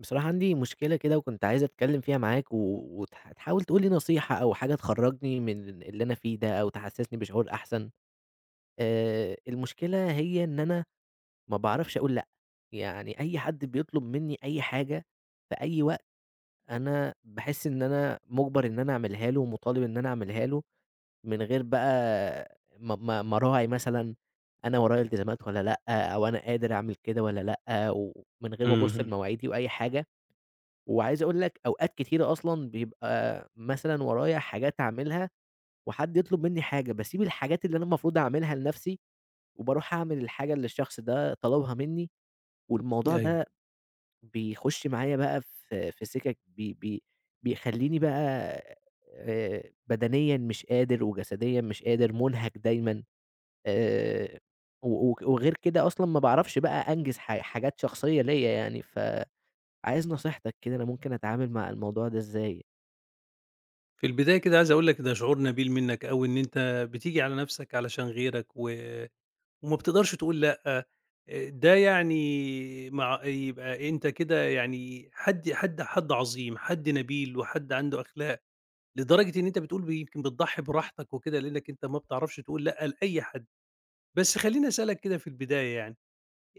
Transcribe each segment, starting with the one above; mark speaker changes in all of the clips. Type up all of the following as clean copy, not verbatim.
Speaker 1: بصراحة عندي مشكلة كده وكنت عايز أتكلم فيها معاك وتحاول تقول لي نصيحة أو حاجة تخرجني من اللي أنا فيه ده أو تحسسني بشعور أحسن. المشكلة هي إن أنا ما بعرفش أقول لأ. يعني أي حد بيطلب مني أي حاجة في أي وقت أنا بحس إن أنا مجبر إن أنا أعملها له ومطالب إن أنا أعملها له من غير بقى ما راعي مثلا أنا ورايا التزامات ولا لأ أو أنا قادر أعمل كده ولا لأ ومن غير ما أبص
Speaker 2: اهم.
Speaker 1: لمواعيدي وأي حاجة. وعايز أقول لك أوقات كتيرة أصلًا بيبقى مثلًا ورايا حاجات أعملها، وحد يطلب منّي حاجة، باسيب الحاجات اللي أنا المفروض أعملها لنفسي، وباروح أعمل الحاجة اللي الشخص ده طلبها منّي، والموضوع
Speaker 2: أيوه.
Speaker 1: ده بيخش معايا بقى في سكك بي بي بيخلّيني بقى، بدنيًا مش قادر، وجسديًا مش قادر، مُنهَك دايمًا، آآ، و وك وغير كده أصلًا ما باعرفش بقى أنجز حاجات شخصية ليّا يعني، فعايز نصيحتك كده أنا ممكن أتعامل مع الموضوع ده إزاي؟
Speaker 2: في البداية كده عايز أقول لك ده شعور نبيل منّك أوي إن أنت بتيجي على نَفْسك علشان غيرك وما بتقدرش تقول لأ، ده يعني يبقى أنت كده يعني حد عظيم، حد نبيل وحد عنده أخلاق، لدرجة إن أنت بتقول يمكن بتضحّي براحتك وكده لإنّك أنت ما بتعرفش تقول لأ لأي حد. بس خلّيني أسألك كده في البداية يعني،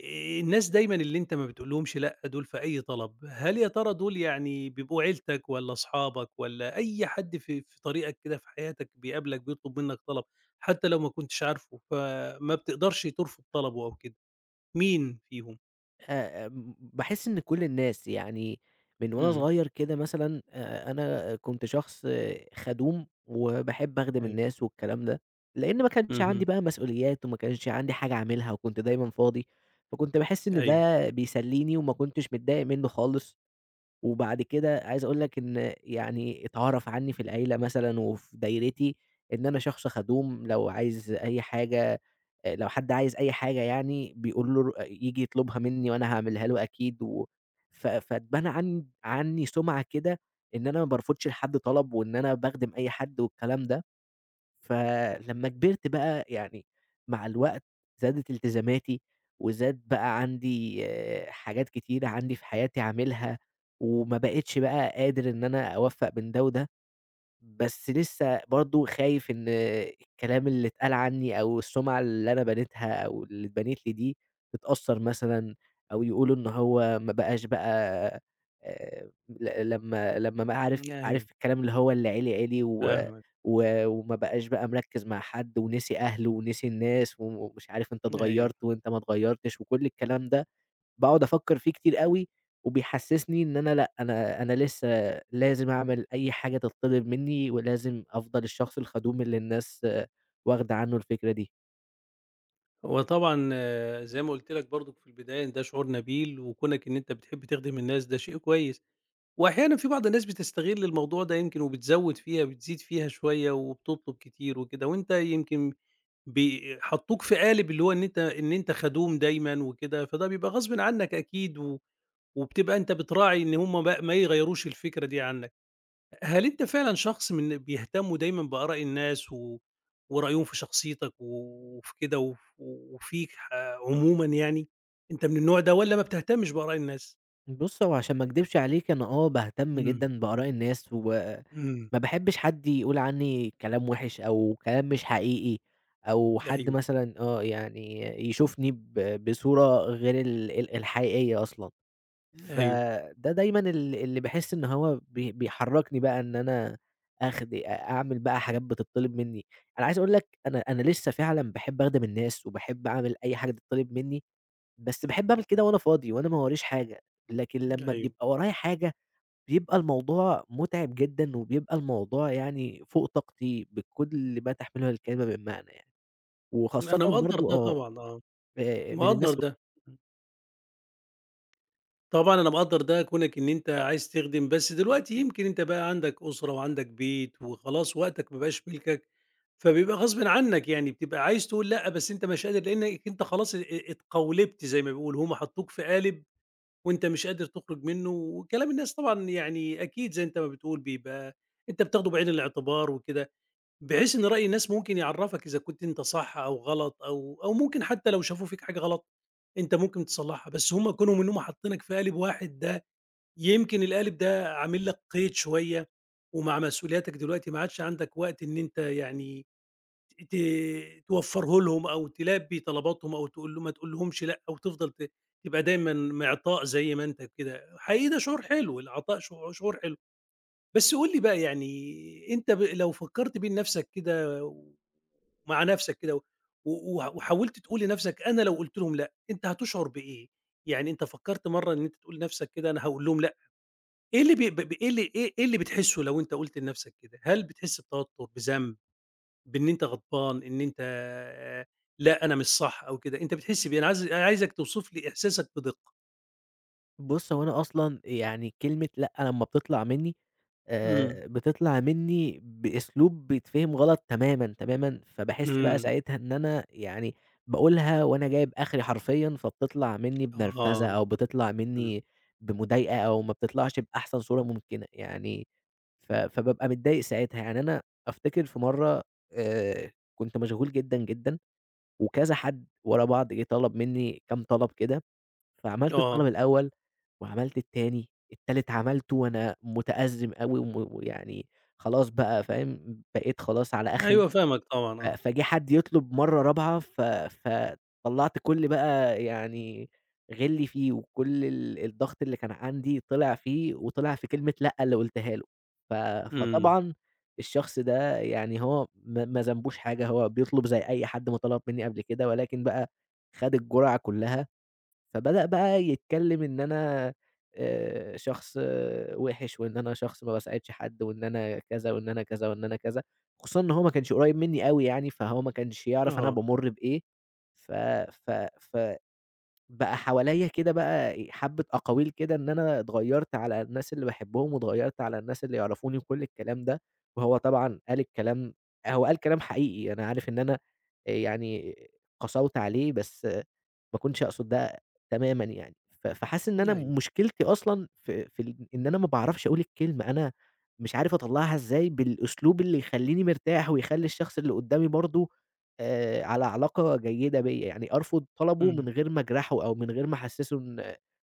Speaker 2: الناس دايمًا اللي أنت ما بتقولهمش لأ دول في أي طلب، هل يا ترى دول يعني بيبقوا عيلتك والّا أصحابك والّا أي حد في طريقك كده في حياتك بيقابلك بيطلب منك طلب، حتى لو ما كنتش عارفه فما بتقدرش ترفض طلبه أو كده، مين فيهم؟
Speaker 1: آمم، باحس إن كل الناس يعني من وأنا
Speaker 2: إمم.
Speaker 1: صغير كده مثلًا، أنا كنت شخص خدوم وباحب أخدم
Speaker 2: أيوه.
Speaker 1: الناس والكلام ده، لإن ما كانش
Speaker 2: اهم.
Speaker 1: عندي بقى مسؤوليات وما كانش عندي حاجة أعملها وكنت دايمًا فاضي، فكنت باحس إن
Speaker 2: أيوه.
Speaker 1: ده بيسليني وما كنتش متضايق منه خالص. وبعد كده عايز أقول لك إن يعني اتعرف عني في العيلة مثلًا وفي دايرتي إن أنا شخص خدوم، لو حد عايز أي حاجة يعني بيقول له ييجي يطلبها منّي وأنا هاعملها له أكيد و ف فاتبنى عني سُمعة كده إن أنا ما بارفضش لحد طلب وإن أنا باخدم أي حد والكلام ده. فلمّا كبرت بقى يعني مع الوقت زادت التزاماتي، وزاد بقى عندي، حاجات كتيرة عندي في حياتي عاملها، وما بقيتش بقى قادر إن أنا أوفّق بين ده وده. بس لسه برضه خايف إن الكلام اللي اتقال عني أو السُمعة اللي أنا بنيتها أو اللي اتبنِت لي دي تتأثّر مثلًا أو يقولوا إن هو ما بقاش بقى، ل لمّا لمّا بقى عارف
Speaker 2: أيوه.
Speaker 1: عارف الكلام اللي هو اللي عِلي و
Speaker 2: فاهمك.
Speaker 1: و وما بقاش بقى مركِّز مع حد ونسي أهله ونسي الناس ومش عارف أنت
Speaker 2: أيوه.
Speaker 1: اتغيّرت وأنت ما اتغيّرتش وكل الكلام ده. باقعد أفكّر فيه كتير أوي، وبيحسّسني إن أنا لأ، أنا لسه لازم أعمل أي حاجة تتطلب منّي، ولازم أفضل الشخص الخدوم اللي الناس، واخدة عنّه الفكرة دي.
Speaker 2: هو طبعًا آه، زي ما قُلت لك برضك في البداية إن ده شعور نبيل وكونك إن أنت بتحب تخدم الناس ده شيء كويس. وأحيانًا في بعض الناس بتستغل الموضوع ده يمكن وبتزوّد فيها، بتزيد فيها شوية وبتطلب كتير وكده، وأنت يمكن ب حطّوك في قالب اللي هو إن أنت خدوم دايمًا وكده، فده بيبقى غصبٍ عنّك أكيد وبتبقى أنت بتراعي إن هم ما يغيّروش الفكرة دي عنّك. هل أنت فعلًا شخص من بيهتمّوا دايمًا بآراء الناس ورأيهم في شخصيتك وفي كده وفيك عمومًا يعني؟ أنت من النوع ده والّا ما بتهتمّش بآراء الناس؟
Speaker 1: بُص، هو عشان ما أكدبش عليك أنا، باهتم
Speaker 2: إمم،
Speaker 1: جدًا بآراء الناس، وما
Speaker 2: إمم،
Speaker 1: باحبّش حد يقول عنّي كلام وِحِش أو كلام مش حقيقي، أو حد
Speaker 2: أيوه،
Speaker 1: مثلًا، يعني يشوفني بصورة غير ال ال الحقيقية أصلًا.
Speaker 2: أيوه.
Speaker 1: فده دايمًا اللي باحس إن هو بيحرّكني بقى إن أنا آخد أ أعمل بقى حاجات بتطّلب منّي. أنا عايز أقول لك أنا لسه فعلًا باحب أخدم الناس وباحب أعمل أي حاجة تتطلب منّي، بس باحب أعمل كده وأنا فاضي وأنا ما وراييش حاجة، لكن لمّا
Speaker 2: أيوه.
Speaker 1: بيبقى ورايا حاجة بيبقى الموضوع مُتعب جدًا وبيبقى الموضوع يعني فوق طاقتي بكل ما تحمله الكلمة من معنى يعني، وخاصةً
Speaker 2: أنا مقدّر
Speaker 1: برضه،
Speaker 2: ده طبعًا آه.
Speaker 1: من الناس.
Speaker 2: مقدّر ده. طبعًا أنا مقدّر ده كونك إن أنت عايز تخدم، بس دلوقتي يمكن أنت بقى عندك أسرة وعندك بيت وخلاص وقتك ما بقاش ملكك، فبيبقى غصبٍ عنّك، يعني بتبقى عايز تقول لأ، بس أنت مش قادر لإنّك أنت خلاص اتقولبت زي ما بيقولوا، هم حطّوك في قالب وأنت مش قادر تخرج منّه وكلام الناس طبعًا يعني أكيد زي أنت ما بتقول بيبقى أنت بتاخده بعين الاعتبار وكده. بحيث إن رأي الناس ممكن يعرّفك إذا كنت أنت صح أو غلط أو ممكن حتى لو شافوا فيك حاجة غلط، أنت ممكن تصلّحها، بس هم كونهم إن هم حاطّينك في قالب واحد ده يمكن القالب ده عامل لك قيد شوية، ومع مسؤولياتك دلوقتي ما عادش عندك وقت إن أنت يعني ت توفّره لهم أو تلبّي طلباتهم أو تقول له ما تقولهمش لأ أو تفضل تبقى دايمًا معطاء زي ما أنت كده، حقيقي ده شعور حلو، العطاء شعور حلو. بس قُل لي بقى يعني أنت لو فكّرت بين نَفْسك كده ومع نَفْسك كده و و وحاولت تقول لنَفْسك أنا لو قُلت لهم لأ، أنت هتشعر بإيه؟ يعني أنت فكّرت مرّة إن أنت تقول لنَفْسك كده أنا هاقول لهم لأ، إيه اللي ب ب ب إيه اللي بتحسّه لو أنت قُلت لنَفْسك كده؟ هل بتحس بتوتر، بذنب، بإن أنت غضبان، إن أنت آه، لأ، أنا مش صح أو كده، أنت بتحس بإيه؟ أنا عايزك توصف لي إحساسك بدقة.
Speaker 1: بُص، هو أنا أصلًا يعني كلمة لأ لمّا بتطلع منّي،
Speaker 2: إمم،
Speaker 1: بتطلع منّي بأسلوب بيتفهم غلط تمامًا، تمامًا، فباحس بقى
Speaker 2: إمم،
Speaker 1: ساعتها إن أنا يعني باقولها وأنا جايب آخري حرفيًا، فبتطلع منّي بنرفزة
Speaker 2: آه،
Speaker 1: أو بتطلع
Speaker 2: إمم،
Speaker 1: منّي بمضايقة أو ما بتطلعش بأحسن صورة ممكنة يعني، فبابقى متضايق ساعتها. يعني أنا أفتكر في مرّة، كنت مشغول جدًا، جدًا، وكذا حد ورا بعض جه طلب منّي كام طلب كده فعملت
Speaker 2: آه،
Speaker 1: الطلب الأول، وعملت التاني، التالت عملته وأنا متأزم أوي ويعني خلاص بقى فاهم، بقيت خلاص على آخري،
Speaker 2: أيوه فاهمك طبعًا،
Speaker 1: ف
Speaker 2: آه،
Speaker 1: فجه حد يطلب مرّة رابعة فطلّعت كل بقى يعني غِلّي فيه، وكل الضغط اللي كان عندي طلع فيه، وطلع في كلمة لأ اللي قُلتها له، ف
Speaker 2: إمم.
Speaker 1: فطبعًا الشخص ده يعني هو ما ذنبوش حاجة، هو بيطلب زي أي حد ما طلب منّي قبل كده، ولكن بقى خَد الجُرعة كلّها فبدأ بقى يتكلم إن أنا، شخص وِحِش، وإن أنا شخص ما باساعدش حد، وإن أنا كذا، وإن أنا كذا، وإن أنا كذا، خصوصًا إن هو ما كانش قريب مني أوي يعني، فهو ما كانش يعرف أنا
Speaker 2: آه،
Speaker 1: بامُر بإيه، ف ف ف بقى حواليّا كده بقى إيه، حبّة أقاويل كده إن أنا اتغيّرت على الناس اللي باحبهم، واتغيّرت على الناس اللي يعرفوني وكل الكلام ده، وهو طبعًا قال الكلام، هو قال كلام حقيقي، أنا عارف إن أنا، يعني قسوت عليه، بس ما كنتش أقصد ده تمامًا يعني. فحاسس إن أنا
Speaker 2: أيوه،
Speaker 1: مشكلتي أصلًا في إن أنا ما باعرفش أقول الكلمة، أنا مش عارف أطلّعها إزاي بالأسلوب اللي يخلّيني مرتاح، ويخلّي الشخص اللي قدّامي برضه، على علاقة جيدة بيّا، يعني أرفض طلبه
Speaker 2: إمم،
Speaker 1: من غير ما أجرحه أو من غير ما أحسسه إن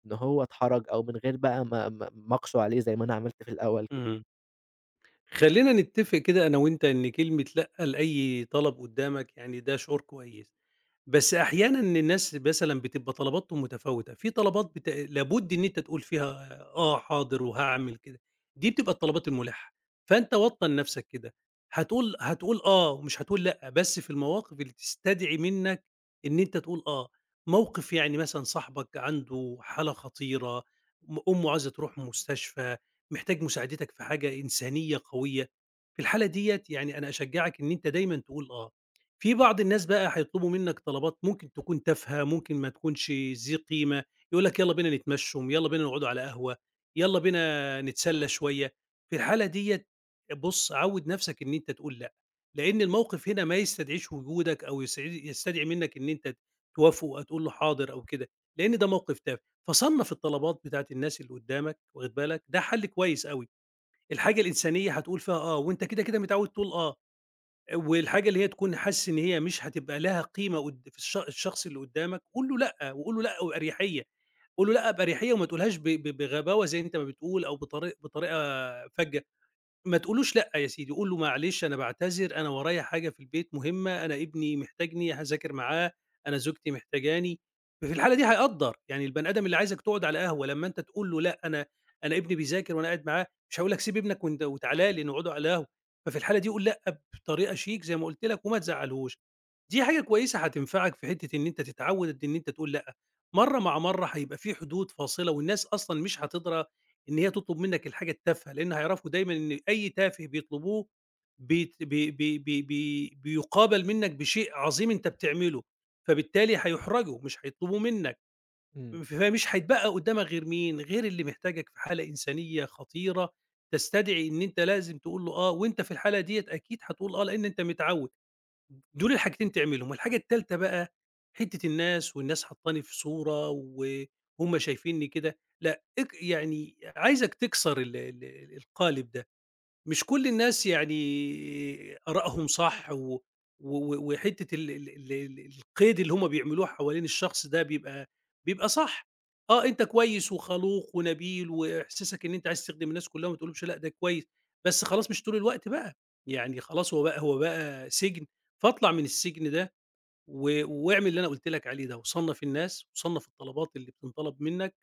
Speaker 1: إن هو اتحرج أو من غير بقى ما أقسو عليه زي ما أنا عملت في الأول كده.
Speaker 2: إمم. خلّينا نتّفق كده أنا وأنت إن كلمة لأ لأي طلب قدّامك يعني ده شعور كويس. بس أحيانًا الناس مثلًا بتبقى طلباتهم متفاوتة، في طلبات لابد إن أنت تقول فيها آه، حاضر وهاعمل كده، دي بتبقى الطلبات الملحة، فأنت وطّن نفْسك كده، هتقول آه ومش هتقول لأ، بس في المواقف اللي تستدعي منك إن أنت تقول آه، موقف يعني مثلًا صاحبك عنده حالة خطيرة، أمه عايزة تروح مستشفى، محتاج مساعدتك في حاجة إنسانية قوية، في الحالة ديّة يعني أنا أشجّعك إن أنت دايمًا تقول آه. في بعض الناس بقى هيطلبوا منك طلبات ممكن تكون تافهة، ممكن ما تكونش ذي قيمة، يقول لك يالّا بينا نتمشّوا، يالّا بينا نقعدوا على قهوة، يالّا بينا نتسلّى شوية، في الحالة ديّة بُص عوّد نَفْسك إن أنت تقول لأ، لإن الموقف هنا ما يستدعيش وجودك أو يستدعي منّك إن أنت توافقه أو تقول له حاضر أو كده، لإن ده موقف تافه، فصنّف الطلبات بتاعة الناس اللي قدّامك واخد بالك، ده حَل كويس أوي، الحاجة الإنسانية هتقول فيها آه، وأنت كده، كده متعوّد تقول آه. والحاجة اللي هي تكون حاسس إن هي مش هتبقى لها قيمة قد في الشخص اللي قدّامك، قُل له لأ، وقُل له لأ بأريحية، قُل له لأ بأريحية وما تقولهاش ب ب بغباوة زي أنت ما بتقول أو بطريقة فجة. ما تقولوش لأ يا سيدي، قُل له معلش أنا باعتذر، أنا ورايا حاجة في البيت مهمة، أنا ابني محتاجني هاذاكر معاه، أنا زوجتي محتاجاني، ففي الحالة دي هيقدّر، يعني البني آدم اللي عايزك تقعد على قهوة لمّا أنت تقول له لأ أنا ابني بيذاكر وأنا قاعد معاه، مش هيقول لك سيب ابنك وأنت وتعالَ لي نقعدوا على القهوة، ففي الحالة دي قُل لأ بطريقة شيك زي ما قُلت لك وما تزعّلهوش. دي حاجة كويسة هتنفعك في حتّة إن أنت تتعوّد إن أنت تقول لأ، مرّة مع مرّة هيبقى في حدود فاصلة والناس أصلًا مش هتدرى إن هي تطلب منّك الحاجة التافهة، لإن هيعرفوا دايمًا إن أي تافه بيطلبوه بيت بي بي بي بي بيُقابل منّك بشيء عظيم أنت بتعمله، فبالتالي هيُحرجوا مش هيطلبوه منّك،
Speaker 1: إمم،
Speaker 2: فمش هيتبقى قدّامك غير مين، غير اللي محتاجك في حالة إنسانية خطيرة تستدعي إن أنت لازم تقول له آه، وأنت في الحالة ديّة أكيد هتقول آه لإن أنت متعوّد. دول الحاجتين تعملهم، والحاجة التالتة بقى حتّة الناس والناس حاطّاني في صورة وهُم شايفينّي كده، لأ يعني عايزك تكسر ال ال القالب ده. مش كل الناس يعني آرائهم صح و و و وحتّة ال ال ال ال القيد اللي هم بيعملوه حوالين الشخص ده بيبقى صح. آه، أنت كويس وخلوق ونبيل وإحساسك إن أنت عايز تخدم الناس كلّها وما تقولهمش لأ، ده كويس، بس خلاص مش طول الوقت بقى، يعني خلاص هو بقى سجن، فاطلع من السجن ده واعمل اللي أنا قُلت لك عليه ده، وصنّف الناس وصنّف الطلبات اللي بتنطلب منّك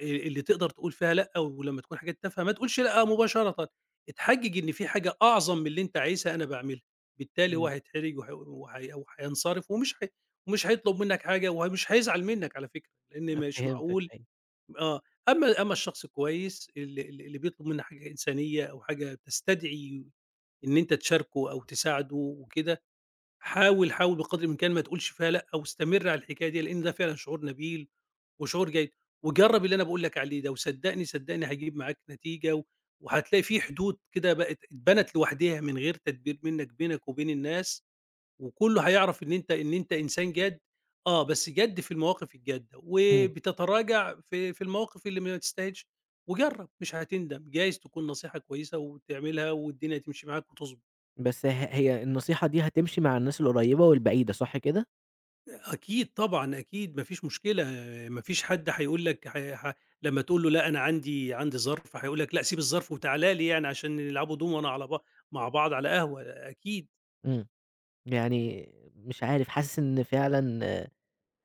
Speaker 2: اللي تقدر تقول فيها لأ، ولمّا تكون حاجات تافهة ما تقولش لأ مباشرةً، اتحجج إن في حاجة أعظم من اللي أنت عايزها أنا باعملها، بالتالي هو
Speaker 1: إمم.
Speaker 2: هيتحرج وهينصرف ومش هيطلب منك حاجة ومش هيزعل منك على فكرة، لإن مش
Speaker 1: فهمتك
Speaker 2: معقول
Speaker 1: أيوه،
Speaker 2: آه، أمّا الشخص الكويس ال ال اللي بيطلب منّه حاجة إنسانية أو حاجة تستدعي إن أنت تشاركه أو تساعده وكده، حاول، حاول بقدر الإمكان ما تقولش فيها لأ، واستمر على الحكاية ديّة، لإن ده فعلًا شعور نبيل وشعور جيد، وجرّب اللي أنا باقول لك عليه ده، وصدّقني، صدّقني هيجيب معاك نتيجة، وهتلاقي في حدود كده بقت اتبنت لوحدها من غير تدبير منك بينك وبين الناس، وكلّه هيعرف إن أنت إنسان جاد، آه، بس جاد في المواقف الجادة،
Speaker 1: إمم،
Speaker 2: وبتتراجع في المواقف اللي ما تستاهلش، وجرّب مش هتندم، جايز تكون نصيحة كويسة وتعملها والدنيا تمشي معاك وتضبط.
Speaker 1: بس هي النصيحة دي هتمشي مع الناس القريبة والبعيدة صح كده؟
Speaker 2: أكيد طبعًا، أكيد ما فيش مشكلة، ما فيش حد هيقول لك ح ح لمّا تقول له لأ أنا عندي ظرف، هيقول لك لأ سيب الظرف وتعالَ لي يعني عشان نلعبوا دومنا على مع بعض على قهوة، أكيد
Speaker 1: إمم، يعني مش عارف حاسس إن فعلًا،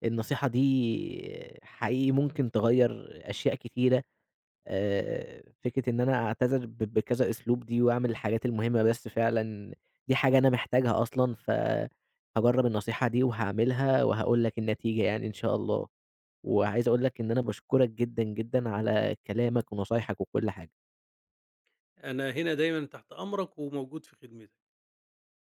Speaker 1: النصيحة دي حقيقي ممكن تغيّر أشياء كتيرة. فكرة إن أنا أعتذر بكذا أسلوب دي وأعمل الحاجات المهمة بس فعلًا، دي حاجة أنا محتاجها أصلًا، فهاجرّب النصيحة دي وهاعملها وهاقول لك النتيجة يعني إن شاء الله، وعايز أقول لك إن أنا باشكرك جدًا، جدًا على كلامك ونصايحك وكل حاجة.
Speaker 2: أنا هنا دايمًا تحت أمرك وموجود في خدمتك.